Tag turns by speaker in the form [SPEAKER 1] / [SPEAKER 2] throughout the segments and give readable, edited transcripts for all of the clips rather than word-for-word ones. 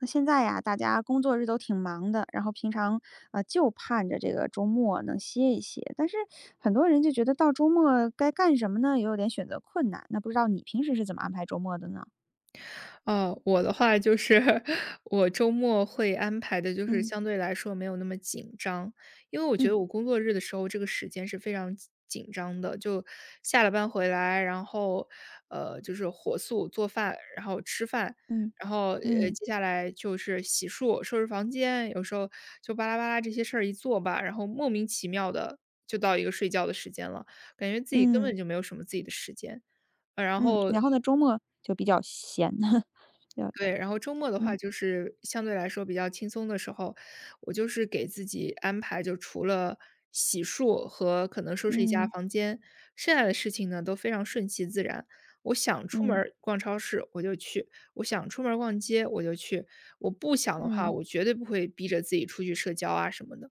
[SPEAKER 1] 那现在呀，大家工作日都挺忙的，然后平常就盼着这个周末能歇一歇，但是很多人就觉得到周末该干什么呢，也有点选择困难。那不知道你平时是怎么安排周末的呢？
[SPEAKER 2] 哦，我的话就是 我周末会安排的，就是
[SPEAKER 1] 嗯
[SPEAKER 2] 相对来说没有那么紧张，因为我觉
[SPEAKER 1] 嗯
[SPEAKER 2] 得我工作日的时候这个时间是非常紧张的，就下了班回来，然后就是火速做饭，然后吃饭，
[SPEAKER 1] 嗯
[SPEAKER 2] 然后
[SPEAKER 1] 嗯
[SPEAKER 2] 接下来就是洗漱、收拾房间，有时候就巴拉巴拉这些事儿一做吧，然后莫名其妙的就到一个睡觉的时间了，感觉自己根
[SPEAKER 1] 嗯
[SPEAKER 2] 本就没有什么自己的时间。然
[SPEAKER 1] 嗯，
[SPEAKER 2] 后
[SPEAKER 1] 然后呢，周末就比较闲，比较
[SPEAKER 2] 对，然后周末的话
[SPEAKER 1] 嗯
[SPEAKER 2] 就是相对来说比较轻松的时候，我就是给自己安排，就除了洗漱和可能收拾一
[SPEAKER 1] 嗯
[SPEAKER 2] 下
[SPEAKER 1] 嗯
[SPEAKER 2] 房间，剩下的事情呢都非常顺其自然。我想出门
[SPEAKER 1] 嗯。
[SPEAKER 2] 儿逛超市我就去，我想出门儿逛街我就去，我不想的话，
[SPEAKER 1] 嗯
[SPEAKER 2] 我绝对不会逼着自己出去社交啊什么的。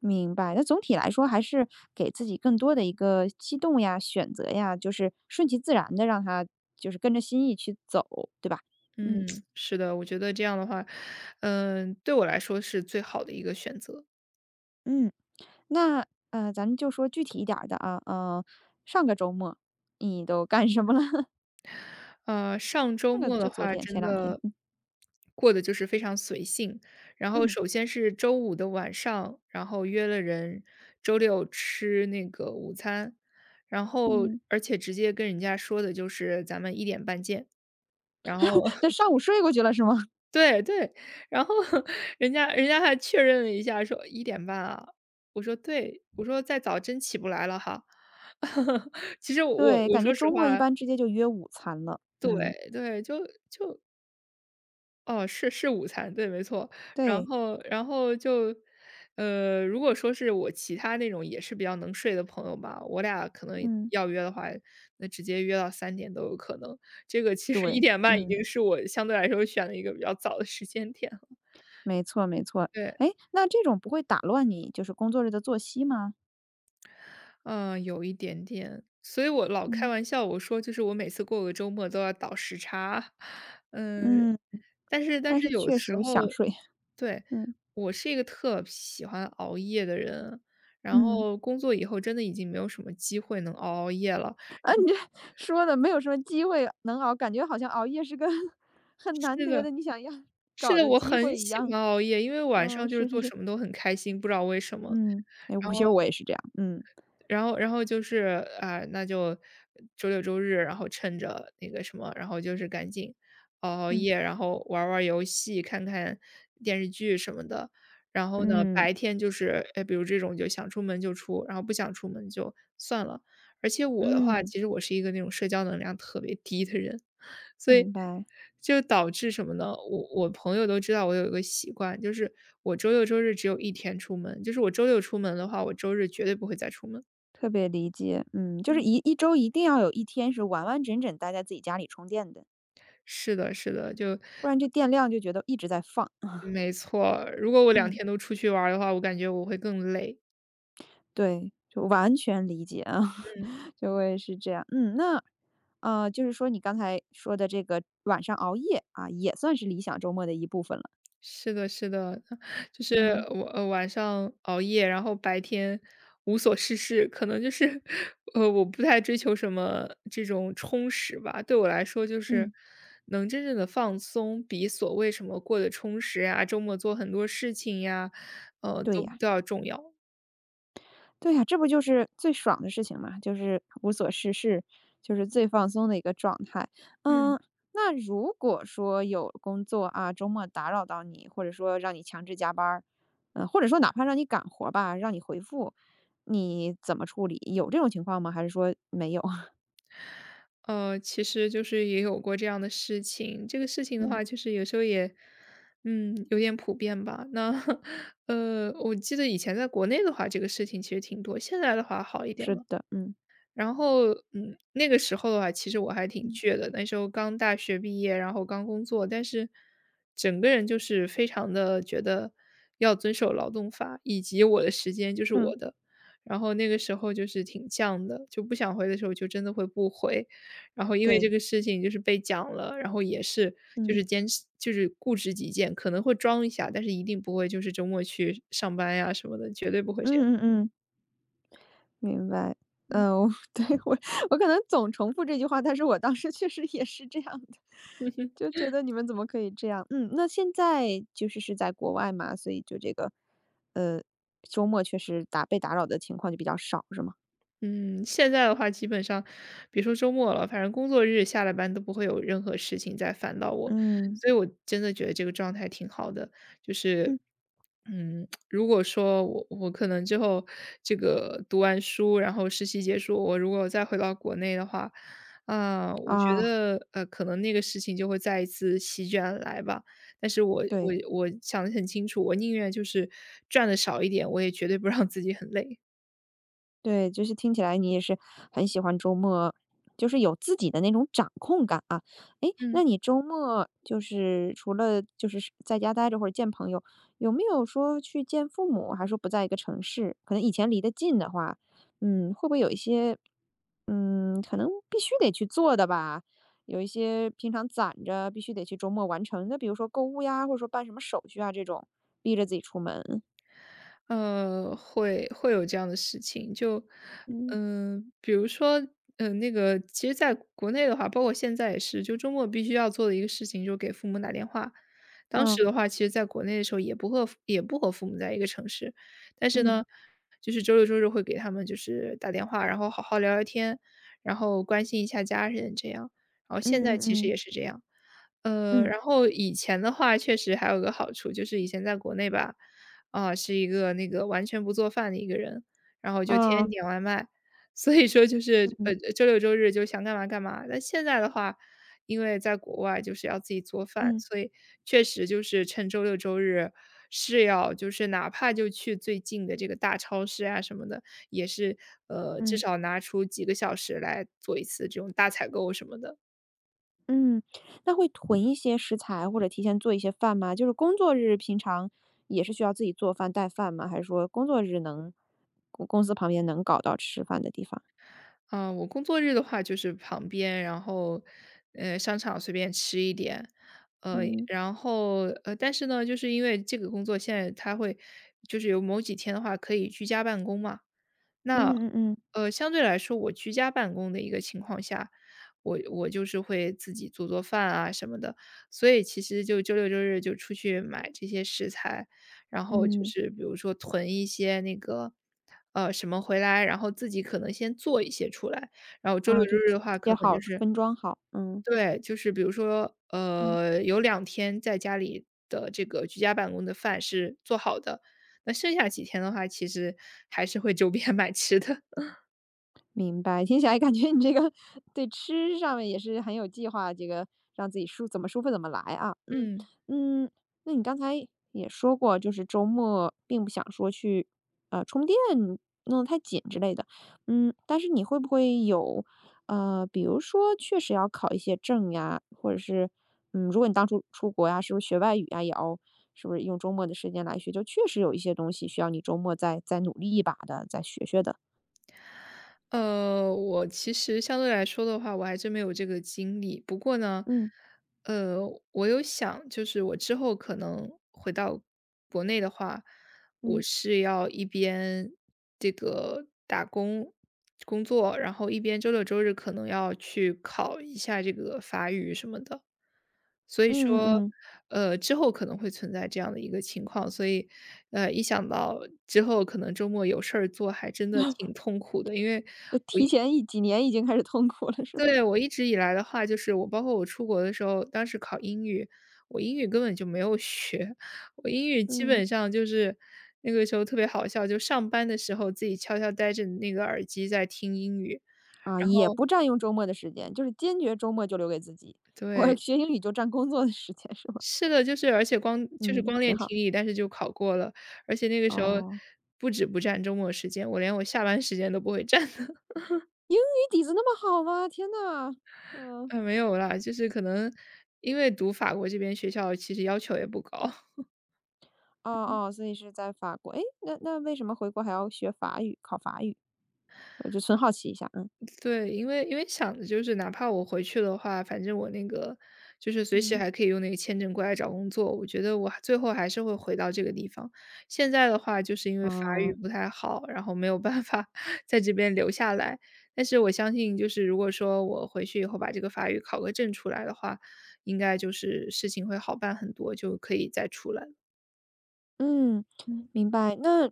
[SPEAKER 1] 明白，那总体来说还是给自己更多的一个机动呀、选择呀，就是顺其自然的让他就是跟着心意去走，对吧？嗯
[SPEAKER 2] 嗯，是的，我觉得这样的话，对我来说是最好的一个选择。
[SPEAKER 1] 嗯，那咱们就说具体一点儿的啊，上个周末你都干什么了？
[SPEAKER 2] 上周
[SPEAKER 1] 上个
[SPEAKER 2] 末的
[SPEAKER 1] 就昨
[SPEAKER 2] 话，
[SPEAKER 1] 天
[SPEAKER 2] 真
[SPEAKER 1] 前两天，
[SPEAKER 2] 的
[SPEAKER 1] 嗯
[SPEAKER 2] 过得就是非常随性。然后
[SPEAKER 1] 嗯
[SPEAKER 2] 首先是周五的晚上，然后约了人周六吃那个午餐，然后
[SPEAKER 1] 嗯，
[SPEAKER 2] 而且直接跟人家说的就是咱们一点半见。然后
[SPEAKER 1] 这 上午睡过去了是吗？
[SPEAKER 2] 对对，然后 人家还确认了一下，说一点半啊，我说对，我说再早真起不来了哈。其实我
[SPEAKER 1] 对，
[SPEAKER 2] 我
[SPEAKER 1] 感
[SPEAKER 2] 说
[SPEAKER 1] 觉
[SPEAKER 2] 实
[SPEAKER 1] 周末一
[SPEAKER 2] 话，
[SPEAKER 1] 般直接就约午餐了，嗯，
[SPEAKER 2] 对对，就哦，是是午餐，对，没错。然
[SPEAKER 1] 对，
[SPEAKER 2] 后然后就如果说是我其他那种也是比较能睡的朋友吧，我俩可能
[SPEAKER 1] 嗯
[SPEAKER 2] 要约的话，那直接约到3点都有可能。这个其实一
[SPEAKER 1] 对，
[SPEAKER 2] 点半已
[SPEAKER 1] 嗯，
[SPEAKER 2] 经是我相对来说选了一个比较早的时间点了。
[SPEAKER 1] 没错没错，
[SPEAKER 2] 对，
[SPEAKER 1] 哎，那这种不会打乱你就是工作日的作息吗？
[SPEAKER 2] 嗯，有一点点。所以我老开
[SPEAKER 1] 嗯
[SPEAKER 2] 玩笑，我说就是我每次过个周末都要倒时差。嗯，
[SPEAKER 1] 嗯，
[SPEAKER 2] 但是但
[SPEAKER 1] 但是
[SPEAKER 2] 是有
[SPEAKER 1] 确
[SPEAKER 2] 时
[SPEAKER 1] 实
[SPEAKER 2] 候
[SPEAKER 1] 想睡，
[SPEAKER 2] 对，
[SPEAKER 1] 嗯
[SPEAKER 2] 我是一个特喜欢熬夜的人，然
[SPEAKER 1] 嗯，
[SPEAKER 2] 后工作以后真的已经没有什么机会能熬熬夜了。
[SPEAKER 1] 说的没有什么机会能熬，感觉好像熬夜是个 很难
[SPEAKER 2] 是
[SPEAKER 1] 得
[SPEAKER 2] 的，
[SPEAKER 1] 的你想要
[SPEAKER 2] 是
[SPEAKER 1] 搞
[SPEAKER 2] 的，
[SPEAKER 1] 的
[SPEAKER 2] 我
[SPEAKER 1] 机
[SPEAKER 2] 很
[SPEAKER 1] 会一
[SPEAKER 2] 喜
[SPEAKER 1] 样。
[SPEAKER 2] 欢熬夜，因为晚
[SPEAKER 1] 嗯，
[SPEAKER 2] 上就是
[SPEAKER 1] 是是
[SPEAKER 2] 做
[SPEAKER 1] 是，
[SPEAKER 2] 什么都很开心，不知道为什么。
[SPEAKER 1] 嗯，哎，
[SPEAKER 2] 然
[SPEAKER 1] 午
[SPEAKER 2] 后。
[SPEAKER 1] 休我也是这样，嗯
[SPEAKER 2] 然后就是，啊，那就周六周日，然后趁着那个什么，然后就是赶紧熬熬
[SPEAKER 1] 嗯
[SPEAKER 2] 夜，然后玩儿玩儿游戏，看看电视剧什么的。然后呢，
[SPEAKER 1] 嗯
[SPEAKER 2] 白天就是，哎，比如这种就想出门就出，然后不想出门就算了。而且我的话，
[SPEAKER 1] 嗯，
[SPEAKER 2] 其实我是一个那种社交能量特别低的人，所以
[SPEAKER 1] 明白，
[SPEAKER 2] 就导致什么呢？我朋友都知道我有一个习惯，就是我周六周日只有一天出门，就是我周六出门的话，我周日绝对不会再出门。
[SPEAKER 1] 特别理解，嗯，就是
[SPEAKER 2] 嗯，
[SPEAKER 1] 一周一定要有一天是完完整整待在自己家里充电的，
[SPEAKER 2] 是的是的，就
[SPEAKER 1] 不然这电量就觉得一直在放，
[SPEAKER 2] 没错。如果我两
[SPEAKER 1] 嗯。
[SPEAKER 2] 天都出去玩儿的话，我感觉我会更累。
[SPEAKER 1] 对，就完全理解啊，
[SPEAKER 2] 嗯，
[SPEAKER 1] 就我也是这样。嗯，那，啊，就是说你刚才说的这个晚上熬夜啊，也算是理想周末的一部分了。
[SPEAKER 2] 是的是的，就是
[SPEAKER 1] 嗯
[SPEAKER 2] 我晚上熬夜，然后白天无所事事，可能就是 我不太追求什么这种充实吧。对我来说就是
[SPEAKER 1] 嗯，
[SPEAKER 2] 能真正的放松，比所谓什么过得充实呀，周末做很多事情呀，
[SPEAKER 1] 对
[SPEAKER 2] 都
[SPEAKER 1] 呀，
[SPEAKER 2] 都要重要。
[SPEAKER 1] 对呀，这不就是最爽的事情嘛，就是无所事事，就是最放松的一个状态。
[SPEAKER 2] 嗯。
[SPEAKER 1] 嗯，那如果说有工作啊，周末打扰到你，或者说让你强制加班儿，嗯，或者说哪怕让你赶活吧，让你回复，你怎么处理？有这种情况吗？还是说没有？
[SPEAKER 2] 其实就是也有过这样的事情。这个事情的
[SPEAKER 1] 嗯，
[SPEAKER 2] 话，就是有时候也，有点普遍吧。那，我记得以前在国内的话，这个事情其实挺多，现在的话好一点
[SPEAKER 1] 是
[SPEAKER 2] 了
[SPEAKER 1] 的，嗯。
[SPEAKER 2] 然后，那个时候的话，其实我还挺
[SPEAKER 1] 嗯，
[SPEAKER 2] 倔的，那时候刚大学毕业，然后刚工作，但是整个人就是非常的觉得要遵守劳动法，以及我的时间就是我
[SPEAKER 1] 嗯，
[SPEAKER 2] 的。然后那个时候就是挺犟的，就不想回的时候就真的会不回，然后因为这
[SPEAKER 1] 对。
[SPEAKER 2] 个事情就是被讲了，然后也是就
[SPEAKER 1] 嗯，
[SPEAKER 2] 是坚持就是固执己见，可能会装一下，但是一定不会就是周末去上班呀什么的，绝对不会这样。
[SPEAKER 1] 嗯嗯嗯，明白。
[SPEAKER 2] 嗯
[SPEAKER 1] 嗯，我 对，我可能总重复这句话，但是我当时确实也是这样的，就觉得你们怎么可以这样。嗯，那现在就是是在国外嘛，所以就这个，呃，周末确实被打扰的情况就比较少，是吗？
[SPEAKER 2] 嗯，现在的话基本上别说周末了，反正工作日下了班都不会有任何事情再烦到我，
[SPEAKER 1] 嗯，
[SPEAKER 2] 所以我真的觉得这个状态挺好的。就是，
[SPEAKER 1] 嗯。
[SPEAKER 2] 如果说我可能之后这个读完书，然后实习结束，我如果再回到国内的话，啊、我觉
[SPEAKER 1] 啊，
[SPEAKER 2] 得可能那个事情就会再一次席卷而来吧。但是我我
[SPEAKER 1] 对，
[SPEAKER 2] 我想得很清楚，我宁愿就是赚的少一点，我也绝对不让自己很累。
[SPEAKER 1] 对，就是听起来你也是很喜欢周末，就是有自己的那种掌控感。哎，
[SPEAKER 2] 嗯。
[SPEAKER 1] 那你周末就是除了就是是在家待着或者见朋友，有没有说去见父母，还是说不在一个城市？可能以前离得近的话，嗯，会不会有一些，嗯，可能必须得去做的吧？有一些平常攒着，必须得去周末完成那比如说购物呀，或者说办什么手续啊这种，逼着自己出门。
[SPEAKER 2] 会有这样的事情，就，
[SPEAKER 1] 嗯，
[SPEAKER 2] 比如说，那个，其实在国内的话，包括现在也是，就周末必须要做的一个事情，就是给父母打电话。当
[SPEAKER 1] 啊，
[SPEAKER 2] 时的话，其实在国内的时候也不和父母在一个城市，但是
[SPEAKER 1] 嗯，
[SPEAKER 2] 呢，就是周六周日会给他们就是打电话，然后好好聊聊天，然后关心一下家人这样。然后现
[SPEAKER 1] 嗯
[SPEAKER 2] 在
[SPEAKER 1] 嗯
[SPEAKER 2] 其实
[SPEAKER 1] 嗯，
[SPEAKER 2] 也是这样。
[SPEAKER 1] 嗯，
[SPEAKER 2] 然后以前的话确实还有个好处，就是以前在国内吧，啊，是一个那个完全不做饭的一个人，然后就天
[SPEAKER 1] 啊，
[SPEAKER 2] 天点外卖，所以说就是
[SPEAKER 1] 嗯，
[SPEAKER 2] 周六周日就想干嘛干嘛。但现在的话，因为在国外就是要自己做饭，
[SPEAKER 1] 嗯，
[SPEAKER 2] 所以确实就是趁周六周日是要就是哪怕就去最近的这个大超市啊什么的，也是至
[SPEAKER 1] 嗯。
[SPEAKER 2] 少拿出几个小时来做一次这种大采购什么的。
[SPEAKER 1] 嗯，那会囤一些食材或者提前做一些饭吗？就是工作日平常也是需要自己做饭带饭吗？还是说工作日能公司旁边能搞到吃饭的地方？
[SPEAKER 2] 啊，我工作日的话就是旁边，然后，商场随便吃一点，呃，
[SPEAKER 1] 嗯
[SPEAKER 2] 然后但是呢，就是因为这个工作现在它会，就是有某几天的话可以居家办公嘛，那，
[SPEAKER 1] 嗯嗯嗯
[SPEAKER 2] 相对来说，我居家办公的一个情况下，我就是会自己做做饭啊什么的，所以其实就周六周日就出去买这些食材，然后就
[SPEAKER 1] 嗯，
[SPEAKER 2] 是比如说囤一些那个，什么回来，然后自己可能先做一些出来，然后周六
[SPEAKER 1] 啊，
[SPEAKER 2] 周
[SPEAKER 1] 就
[SPEAKER 2] 日的话可
[SPEAKER 1] 切
[SPEAKER 2] 能就
[SPEAKER 1] 好
[SPEAKER 2] 是
[SPEAKER 1] 分装好，嗯
[SPEAKER 2] 对，就是比如说，
[SPEAKER 1] 嗯。
[SPEAKER 2] 有两天在家里的这个居家办公的饭是做好的，那剩下几天的话，其实还是会周边买吃的。
[SPEAKER 1] 明白，听起来感觉你这个对吃上面也是很有计划，这个让自己舒怎么舒服怎么来啊。嗯
[SPEAKER 2] 嗯，
[SPEAKER 1] 嗯，那你刚才也说过，就是周末并不想说去，充电弄得太紧之类的。嗯，但是你会不会有，比如说确实要考一些证呀，或者是，嗯，如果你当初出国呀，是不是学外语呀，也要是不是用周末的时间来学？就确实有一些东西需要你周末再努力一把的，再学学的。
[SPEAKER 2] 我其实相对来说的话，我还真没有这个经历。不过呢，
[SPEAKER 1] 嗯
[SPEAKER 2] 呃，我有想，就是我之后可能回到国内的话，我
[SPEAKER 1] 嗯。
[SPEAKER 2] 是要一边这个打工工作，然后一边周六周日可能要去考一下这个法语什么的。所以
[SPEAKER 1] 嗯嗯
[SPEAKER 2] 说，
[SPEAKER 1] 嗯。
[SPEAKER 2] 之后可能会存在这样的一个情况，所以，一想到之后可能周末有事儿做，还真的挺痛苦的，因为
[SPEAKER 1] 就提前几年已经开始痛苦了，是吗？
[SPEAKER 2] 对，我一直以来的话，就是我包括我出国的时候，当时考英语，我英语根本就没有学，我英语基本
[SPEAKER 1] 嗯，
[SPEAKER 2] 上就是那个时候特别好笑，就上班的时候自己悄悄戴着那个耳机在听英语，
[SPEAKER 1] 啊，
[SPEAKER 2] 然
[SPEAKER 1] 也
[SPEAKER 2] 后
[SPEAKER 1] 不占用周末的时间，就是坚决周末就留给自己。我
[SPEAKER 2] 对，
[SPEAKER 1] 学英语就占工作的时间，是吗？
[SPEAKER 2] 是的，就是而且光就是
[SPEAKER 1] 嗯，
[SPEAKER 2] 光
[SPEAKER 1] 挺
[SPEAKER 2] 练
[SPEAKER 1] 好。
[SPEAKER 2] 听力，但是就考过了，而且那个时候
[SPEAKER 1] 哦，
[SPEAKER 2] 不止不占周末时间，我连我下班时间都不会占的。
[SPEAKER 1] 英语底子那么好吗？天呐，嗯，
[SPEAKER 2] 没有啦，就是可能因为读法国这边学校其实要求也不高。
[SPEAKER 1] 哦哦，所以是在法国。诶，那为什么回国还要学法语，考法语？我就纯好奇一下，嗯。
[SPEAKER 2] 对，因为想的就是，哪怕我回去的话，反正我那个就是随时
[SPEAKER 1] 嗯。
[SPEAKER 2] 还可以用那个签证过来找工作。我觉得我还最后还是会回到这个地方。现在的话，就是因为法语
[SPEAKER 1] 嗯。
[SPEAKER 2] 不太好，然后没有办法 在这边留下来。但是我相信，就是如果说我回去以后把这个法语考个证出来的话，应该就是事情会好办很多，就可以再出来了。
[SPEAKER 1] 嗯，
[SPEAKER 2] 嗯。
[SPEAKER 1] 明白。那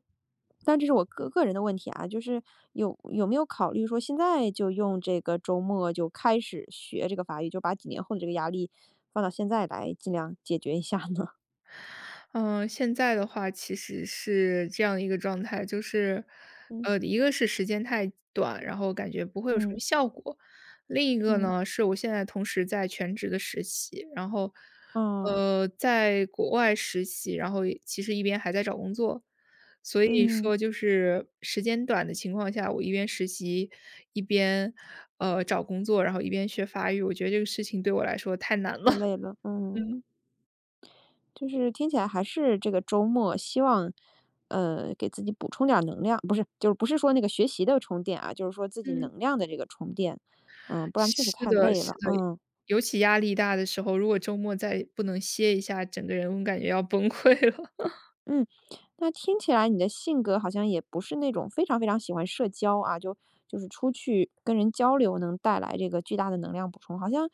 [SPEAKER 1] 但这是我个人的问题啊，就是有没有考虑说现在就用这个周末就开始学这个法语，就把几年后的这个压力放到现在来，尽量解决一下呢？
[SPEAKER 2] 嗯，现在的话其实是这样一个状态，就是，
[SPEAKER 1] 嗯
[SPEAKER 2] 一个是时间太短，然后感觉不会有什么
[SPEAKER 1] 嗯
[SPEAKER 2] 效果。另一个
[SPEAKER 1] 嗯，
[SPEAKER 2] 呢，是我现在同时在全职的实习，然后，
[SPEAKER 1] 哦，
[SPEAKER 2] 在国外实习，然后也其实一边还在找工作，所以嗯
[SPEAKER 1] 嗯，
[SPEAKER 2] 说就是时间短的情况下，我一边实习，一边找工作，然后一边学法语，我觉得这个事情对我来说太难了。
[SPEAKER 1] 太 累了，嗯，
[SPEAKER 2] 嗯
[SPEAKER 1] 就是听起来还是这个周末希望，给自己补充点儿能量，不是，就是不是说那个学习的充电啊，就是说自己
[SPEAKER 2] 嗯。
[SPEAKER 1] 能量的这个充电，嗯，不然确实
[SPEAKER 2] 是
[SPEAKER 1] 太
[SPEAKER 2] 的
[SPEAKER 1] 累
[SPEAKER 2] 是
[SPEAKER 1] 了，
[SPEAKER 2] 的，
[SPEAKER 1] 嗯。
[SPEAKER 2] 尤其压力大的时候，如果周末再不能歇一下，整个人我感觉要崩溃了。
[SPEAKER 1] 嗯，那听起来你的性格好像也不是那种非常非常喜欢社交啊，就是出去跟人交流能带来这个巨大的能量补充，好像，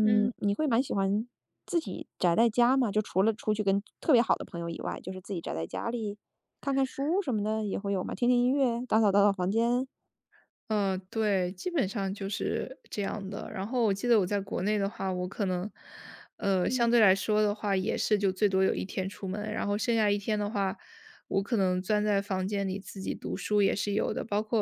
[SPEAKER 2] 嗯。
[SPEAKER 1] 你会蛮喜欢自己宅在家嘛？就除了出去跟特别好的朋友以外，就是自己宅在家里看看书什么的也会有嘛，听听音乐，打扫打扫房间，
[SPEAKER 2] 嗯，对，基本上就是这样的。然后我记得我在国内的话，我可能，相
[SPEAKER 1] 嗯
[SPEAKER 2] 对来说的话，也是就最多有一天出门，然后剩下一天的话，我可能钻在房间里自己读书也是有的。包括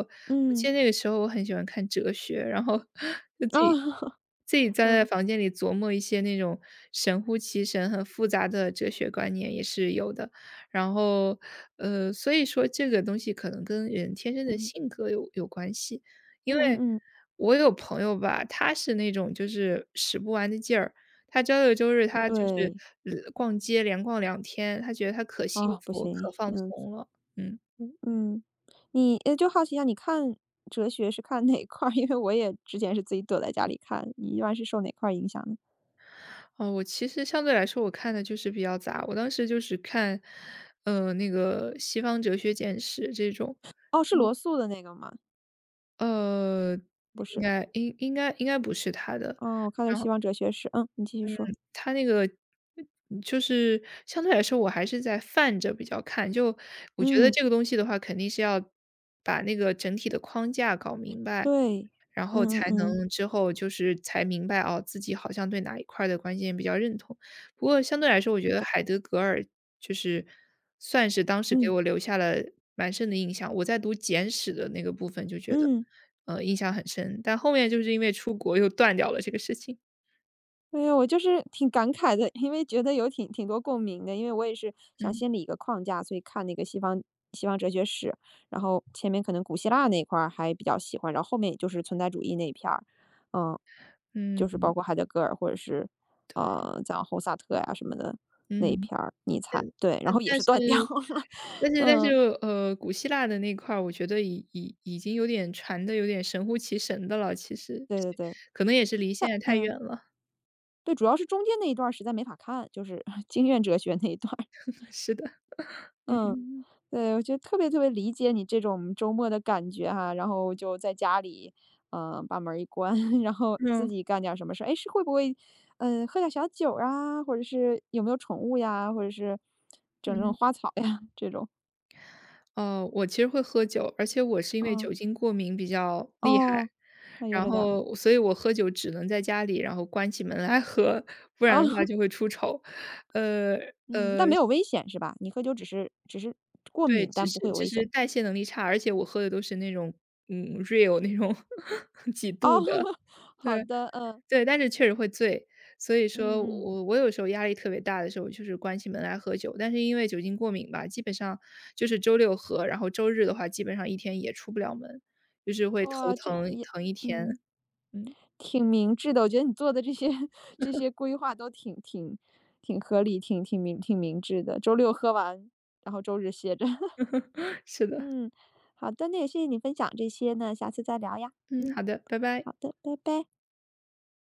[SPEAKER 2] 我记
[SPEAKER 1] 嗯
[SPEAKER 2] 得那个时候我很喜欢看哲学，然后 就自
[SPEAKER 1] 啊，
[SPEAKER 2] 己 钻在
[SPEAKER 1] 嗯
[SPEAKER 2] 房间里琢磨一些那种神乎其神、很复杂的哲学观念也是有的。然后，所以说这个东西可能跟人天生的
[SPEAKER 1] 嗯
[SPEAKER 2] 性格有关系。因
[SPEAKER 1] 嗯
[SPEAKER 2] 为
[SPEAKER 1] 嗯
[SPEAKER 2] 我有朋友吧，他是那种就是使不完的劲儿，他周六周日
[SPEAKER 1] 嗯，
[SPEAKER 2] 他就是，
[SPEAKER 1] 对，
[SPEAKER 2] 逛街连逛两天，他觉得他可幸
[SPEAKER 1] 啊，不
[SPEAKER 2] 福、可
[SPEAKER 1] 行，
[SPEAKER 2] 放
[SPEAKER 1] 嗯。
[SPEAKER 2] 松了。嗯，
[SPEAKER 1] 嗯，你就好奇一下，你看哲学是看哪块儿？因为我也之前是自己躲在家里看，你一般是受哪块儿影响呢？
[SPEAKER 2] 哦，我其实相对来说我看的就是比较杂，我当时就是看，那个《西方哲学简史》这种，
[SPEAKER 1] 哦，是罗素的那个吗？
[SPEAKER 2] 呃，
[SPEAKER 1] 不
[SPEAKER 2] 应
[SPEAKER 1] 是，
[SPEAKER 2] 该应应该应该不是他的。
[SPEAKER 1] 哦，我看的
[SPEAKER 2] 然
[SPEAKER 1] 是
[SPEAKER 2] 后。
[SPEAKER 1] 西方哲学史。嗯，你继续说。
[SPEAKER 2] 它那个嗯就是相对来说我还是在泛着比较看，就我觉得
[SPEAKER 1] 嗯，
[SPEAKER 2] 这个东西的话，肯定是要把那个整体的框架搞明白，
[SPEAKER 1] 对，
[SPEAKER 2] 然后
[SPEAKER 1] 嗯嗯
[SPEAKER 2] 才
[SPEAKER 1] 嗯，
[SPEAKER 2] 能之后就是才明白哦，自己好像对哪一块儿的观点比较认同。不过相对来说，我觉
[SPEAKER 1] 是
[SPEAKER 2] 得
[SPEAKER 1] 的
[SPEAKER 2] 海德格尔就是算是当时给
[SPEAKER 1] 嗯
[SPEAKER 2] 我留下了蛮深的印象。我在读《简史》的那个部分就觉得，
[SPEAKER 1] 嗯。
[SPEAKER 2] 印象很深，但后面就是因为出国又断掉了这个事情。
[SPEAKER 1] 没呀，我就是挺感慨的，因为觉得有挺多共鸣的，因为我也是想
[SPEAKER 2] 嗯
[SPEAKER 1] 先理一个框架，所以看那个西方哲学史，然后前面可能古希腊那一块儿还比较喜欢，然后后面也就是存在主义那一片儿，嗯，就是
[SPEAKER 2] 嗯
[SPEAKER 1] 包括海德格尔或者是讲后萨特呀什么的那一
[SPEAKER 2] 嗯。
[SPEAKER 1] 篇儿，尼
[SPEAKER 2] 但
[SPEAKER 1] 采，对，然
[SPEAKER 2] 但
[SPEAKER 1] 后也
[SPEAKER 2] 但
[SPEAKER 1] 是
[SPEAKER 2] 是
[SPEAKER 1] 断 掉了，
[SPEAKER 2] 但是，
[SPEAKER 1] 嗯，
[SPEAKER 2] 古希腊的那块儿，我觉得已经有点传的有点神乎其神的了，其实，
[SPEAKER 1] 对对对，
[SPEAKER 2] 可能也是离现在太
[SPEAKER 1] 嗯，
[SPEAKER 2] 远了，
[SPEAKER 1] 对，主要是中间那一段儿实在没法看，就是 经验哲学那一段儿
[SPEAKER 2] 是的，嗯
[SPEAKER 1] 嗯。对，我觉得特别特别理解你这种周末的感觉哈，然后就在家里，嗯，把门儿一关，然后自
[SPEAKER 2] 嗯
[SPEAKER 1] 己干点儿什么事儿。哎，是会不会，嗯、喝点小酒儿啊，或者是有没有宠物呀，或者是整种
[SPEAKER 2] 嗯，
[SPEAKER 1] 花草呀 这种？
[SPEAKER 2] 哦，我其实会喝酒，而且我是因为
[SPEAKER 1] 啊、
[SPEAKER 2] 酒精过敏比较厉害，
[SPEAKER 1] 哦，那悠
[SPEAKER 2] 然
[SPEAKER 1] 着点儿
[SPEAKER 2] 后所以我喝酒只能在家里，然后关起门来喝，不然
[SPEAKER 1] 啊、
[SPEAKER 2] 的话就 会出丑，呃
[SPEAKER 1] 嗯，
[SPEAKER 2] 呃
[SPEAKER 1] 但没有危险是吧？你喝酒只是过
[SPEAKER 2] 对，
[SPEAKER 1] 敏，
[SPEAKER 2] 只
[SPEAKER 1] 但不会
[SPEAKER 2] 是
[SPEAKER 1] 有
[SPEAKER 2] 只
[SPEAKER 1] 危
[SPEAKER 2] 是
[SPEAKER 1] 险。
[SPEAKER 2] 代谢能力差，而且我喝的都是那种，嗯，real 那种 几
[SPEAKER 1] 哦，
[SPEAKER 2] 度的，
[SPEAKER 1] 好
[SPEAKER 2] 对，
[SPEAKER 1] 的，嗯
[SPEAKER 2] 对，但是确实会醉。所以说
[SPEAKER 1] 嗯嗯，
[SPEAKER 2] 我有时候压力特别大的时候，就是关起门来喝酒，但是因为酒精过敏吧，基本上就是周六喝，然后周日的话，基本上一天也出不了门，就是会头
[SPEAKER 1] 哇，这
[SPEAKER 2] 疼
[SPEAKER 1] 也，
[SPEAKER 2] 疼一天。
[SPEAKER 1] 嗯。
[SPEAKER 2] 嗯，
[SPEAKER 1] 挺明智的，我觉得你做的这些 这些规划都挺合理，挺明智的。周六喝完，然后周日歇着。
[SPEAKER 2] 是的，
[SPEAKER 1] 嗯，好的，那也谢谢你分享这些呢，下次再聊呀。
[SPEAKER 2] 嗯，
[SPEAKER 1] 嗯，
[SPEAKER 2] 好的，拜拜。
[SPEAKER 1] 好的，拜拜。